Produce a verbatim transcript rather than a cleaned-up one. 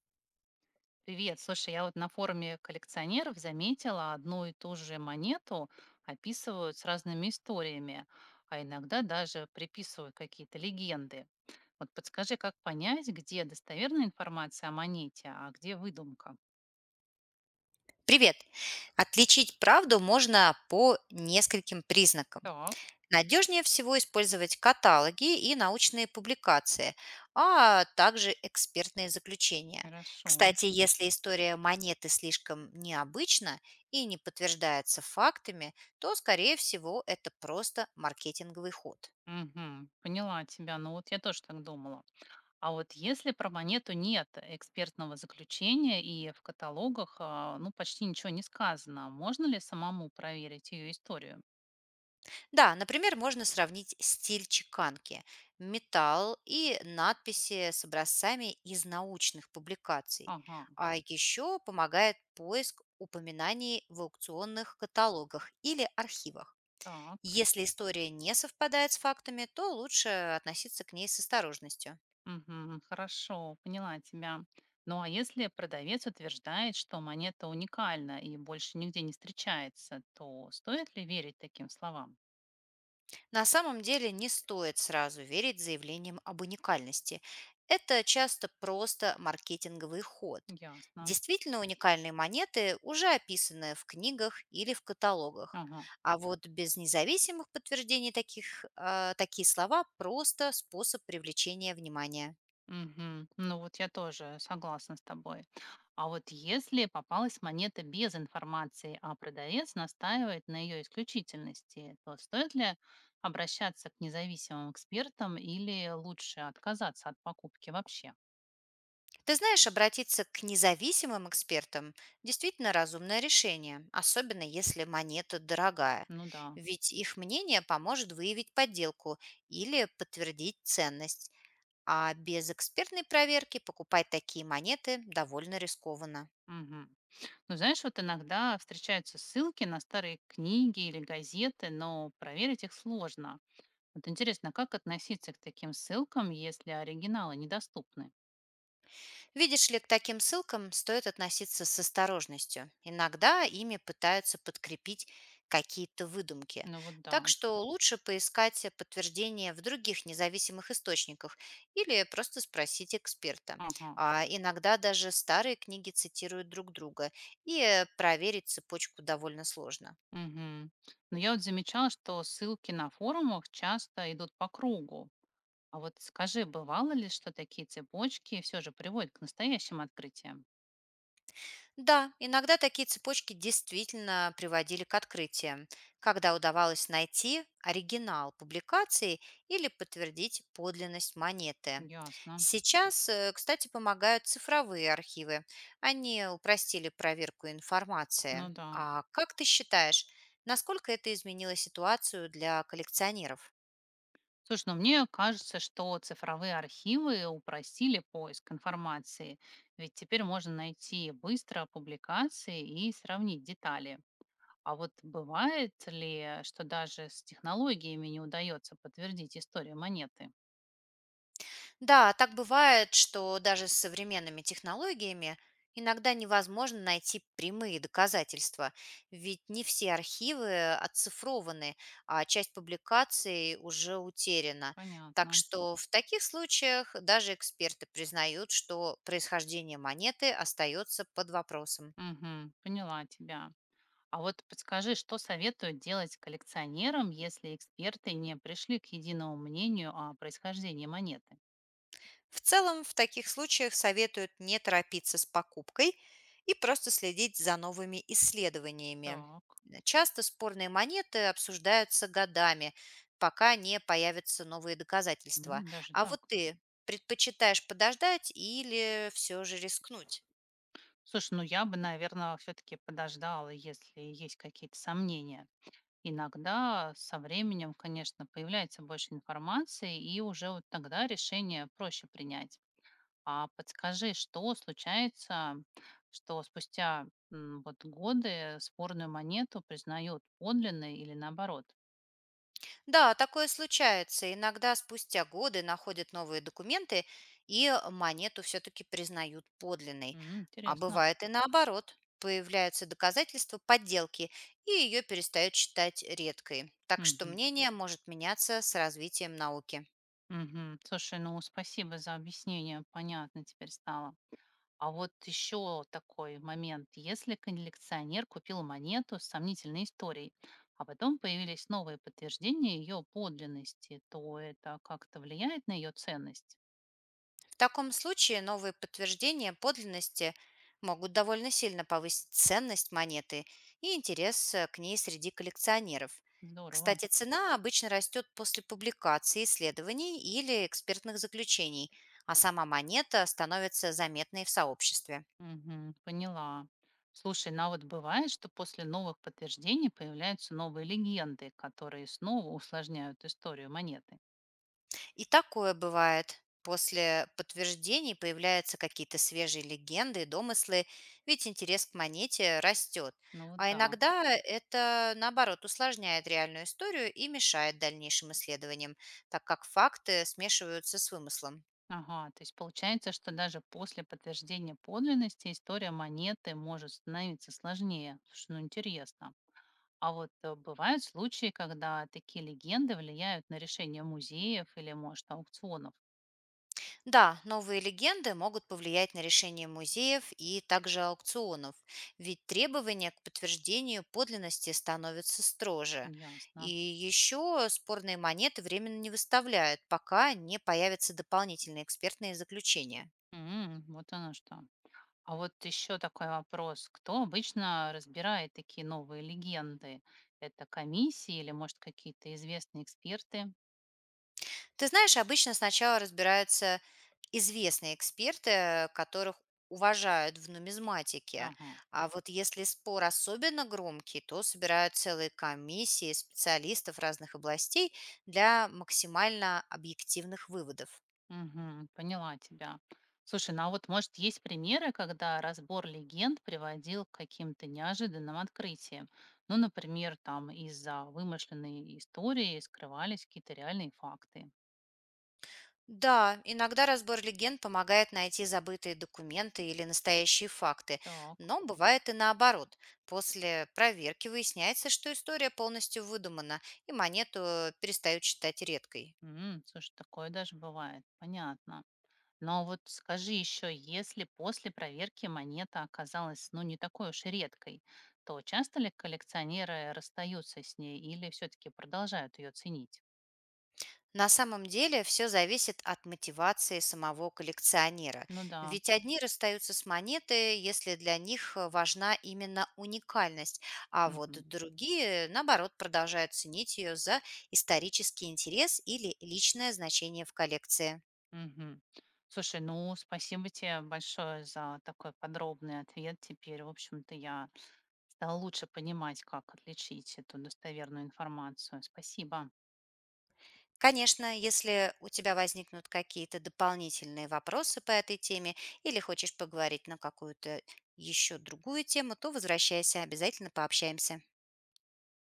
Привет, слушай, я вот на форуме коллекционеров заметила одну и ту же монету описывают с разными историями, а иногда даже приписывают какие-то легенды. Вот подскажи, как понять, где достоверная информация о монете, а где выдумка? Привет! Отличить правду можно по нескольким признакам. Так, Надежнее всего использовать каталоги и научные публикации, а также экспертные заключения. хорошо. Кстати, если история монеты слишком необычна и не подтверждается фактами, то, скорее всего, это просто маркетинговый ход. Мгм, поняла тебя. Ну вот я тоже так думала. А вот если про монету нет экспертного заключения и в каталогах, а, ну, почти ничего не сказано, можно ли самому проверить ее историю? Да, например, можно сравнить стиль чеканки, металл и надписи с образцами из научных публикаций. Ага. А еще помогает поиск упоминаний в аукционных каталогах или архивах. Так, Если история не совпадает с фактами, то лучше относиться к ней с осторожностью. мгм, хорошо, поняла тебя. Ну а если продавец утверждает, что монета уникальна и больше нигде не встречается, то стоит ли верить таким словам? На самом деле не стоит сразу верить заявлениям об уникальности. Это часто просто маркетинговый ход. Ясно. Действительно уникальные монеты уже описаны в книгах или в каталогах. Ага. А вот без независимых подтверждений таких, а, такие слова– просто способ привлечения внимания. Мгм. Ну вот я тоже согласна с тобой. А вот если попалась монета без информации, а продавец настаивает на ее исключительности, то стоит ли обращаться к независимым экспертам или лучше отказаться от покупки вообще? Ты знаешь, обратиться к независимым экспертам действительно разумное решение, особенно если монета дорогая. Ну да. Ведь их мнение поможет выявить подделку или подтвердить ценность. А без экспертной проверки покупать такие монеты довольно рискованно. Мгм. Ну, знаешь, вот иногда встречаются ссылки на старые книги или газеты, но проверить их сложно. Вот интересно, а как относиться к таким ссылкам, если оригиналы недоступны? Видишь ли, к таким ссылкам стоит относиться с осторожностью. Иногда ими пытаются подкрепить какие-то выдумки. Ну вот да. Так что лучше поискать подтверждение в других независимых источниках или просто спросить эксперта. Ага. А иногда даже старые книги цитируют друг друга, и э, проверить цепочку довольно сложно. Мгм. Но я вот замечала, что ссылки на форумах часто идут по кругу. А вот скажи, бывало ли, что такие цепочки все же приводят к настоящим открытиям? Да, иногда такие цепочки действительно приводили к открытиям, когда удавалось найти оригинал публикации или подтвердить подлинность монеты. Ясно. Сейчас, э, кстати, помогают цифровые архивы. Они упростили проверку Ну информации. да. А как ты считаешь, насколько это изменило ситуацию для коллекционеров? Слушай, ну мне кажется, что цифровые архивы упростили поиск информации, ведь теперь можно найти быстро публикации и сравнить детали. А вот бывает ли, что даже с технологиями не удается подтвердить историю монеты? Да, так бывает, что даже с современными технологиями иногда невозможно найти прямые доказательства, ведь не все архивы отцифрованы, а часть публикаций уже утеряна. Так Понятно. что в таких случаях даже эксперты признают, что происхождение монеты остается под вопросом. Мгм, поняла тебя. А вот подскажи, что советуют делать коллекционерам, если эксперты не пришли к единому мнению о происхождении монеты? В целом, в таких случаях советуют не торопиться с покупкой и просто следить за новыми исследованиями. Так, Часто спорные монеты обсуждаются годами, пока не появятся новые доказательства. м, даже А вот так. ты предпочитаешь подождать или все же рискнуть? Слушай, ну я бы, наверное, все-таки подождала, если есть какие-то сомнения. Иногда со временем, конечно, появляется больше информации, и уже вот тогда решение проще принять. А подскажи, что случается, что спустя м, вот годы спорную монету признают подлинной или наоборот? Да, такое случается. Иногда спустя годы находят новые документы и монету все-таки признают подлинной. М, А интересно. бывает и наоборот. Появляются доказательства подделки, и ее перестают считать редкой. Так что Мгм. мнение может меняться с развитием науки. Мгм. Слушай, ну спасибо за объяснение, понятно теперь стало. А вот еще такой момент. Если коллекционер купил монету с сомнительной историей, а потом появились новые подтверждения ее подлинности, то это как-то влияет на ее ценность. В таком случае новые подтверждения подлинности могут довольно сильно повысить ценность монеты и интерес э, к ней среди коллекционеров. Здорово. Кстати, цена обычно растет после публикации исследований или экспертных заключений, а сама монета становится заметной в сообществе. Мгм, поняла. Слушай, ну а вот бывает, что после новых подтверждений появляются новые легенды, которые снова усложняют историю монеты. И такое бывает. После подтверждений появляются какие-то свежие легенды и домыслы, ведь интерес к монете растет. Ну вот А да. иногда это, наоборот, усложняет реальную историю и мешает дальнейшим исследованиям, так как факты смешиваются с вымыслом. Ага, то есть получается, что даже после подтверждения подлинности история монеты может становиться сложнее. Слушай, ну интересно. А вот э, бывают случаи, когда такие легенды влияют на решение музеев или, может, аукционов. Да, новые легенды могут повлиять на решение музеев и также аукционов, ведь требования к подтверждению подлинности становятся строже. И Ясно. еще спорные монеты временно не выставляют, пока не появятся дополнительные экспертные заключения. М, вот оно что. А вот еще такой вопрос. Кто обычно разбирает такие новые легенды? Это комиссии или, может, какие-то известные эксперты? Ты знаешь, обычно сначала разбираются известные эксперты, которых уважают в нумизматике. Ага. А вот если спор особенно громкий, то собирают целые комиссии специалистов разных областей для максимально объективных выводов. Мгм. Поняла тебя. Слушай, ну а вот, может, есть примеры, когда разбор легенд приводил к каким-то неожиданным открытиям? Ну, например, там из-за вымышленной истории скрывались какие-то реальные факты. Да, иногда разбор легенд помогает найти забытые документы или настоящие факты, Так. но бывает и наоборот. После проверки выясняется, что история полностью выдумана, и монету перестают считать редкой. М, слушай, такое даже бывает. Понятно. Но вот скажи еще, если после проверки монета оказалась, ну, не такой уж и редкой, то часто ли коллекционеры расстаются с ней или все-таки продолжают ее ценить? На самом деле все зависит от мотивации самого коллекционера, Ну да. ведь одни расстаются с монетой, если для них э, важна именно уникальность, а вот Мгм. другие, наоборот, продолжают ценить ее за исторический интерес или личное значение в коллекции. Мгм. Слушай, ну, спасибо тебе большое за такой подробный ответ. Теперь, в общем-то, я стала лучше понимать, как отличить эту достоверную информацию. Спасибо. Конечно, если у тебя возникнут какие-то дополнительные вопросы по этой теме или хочешь поговорить на какую-то еще другую тему, то возвращайся, обязательно пообщаемся.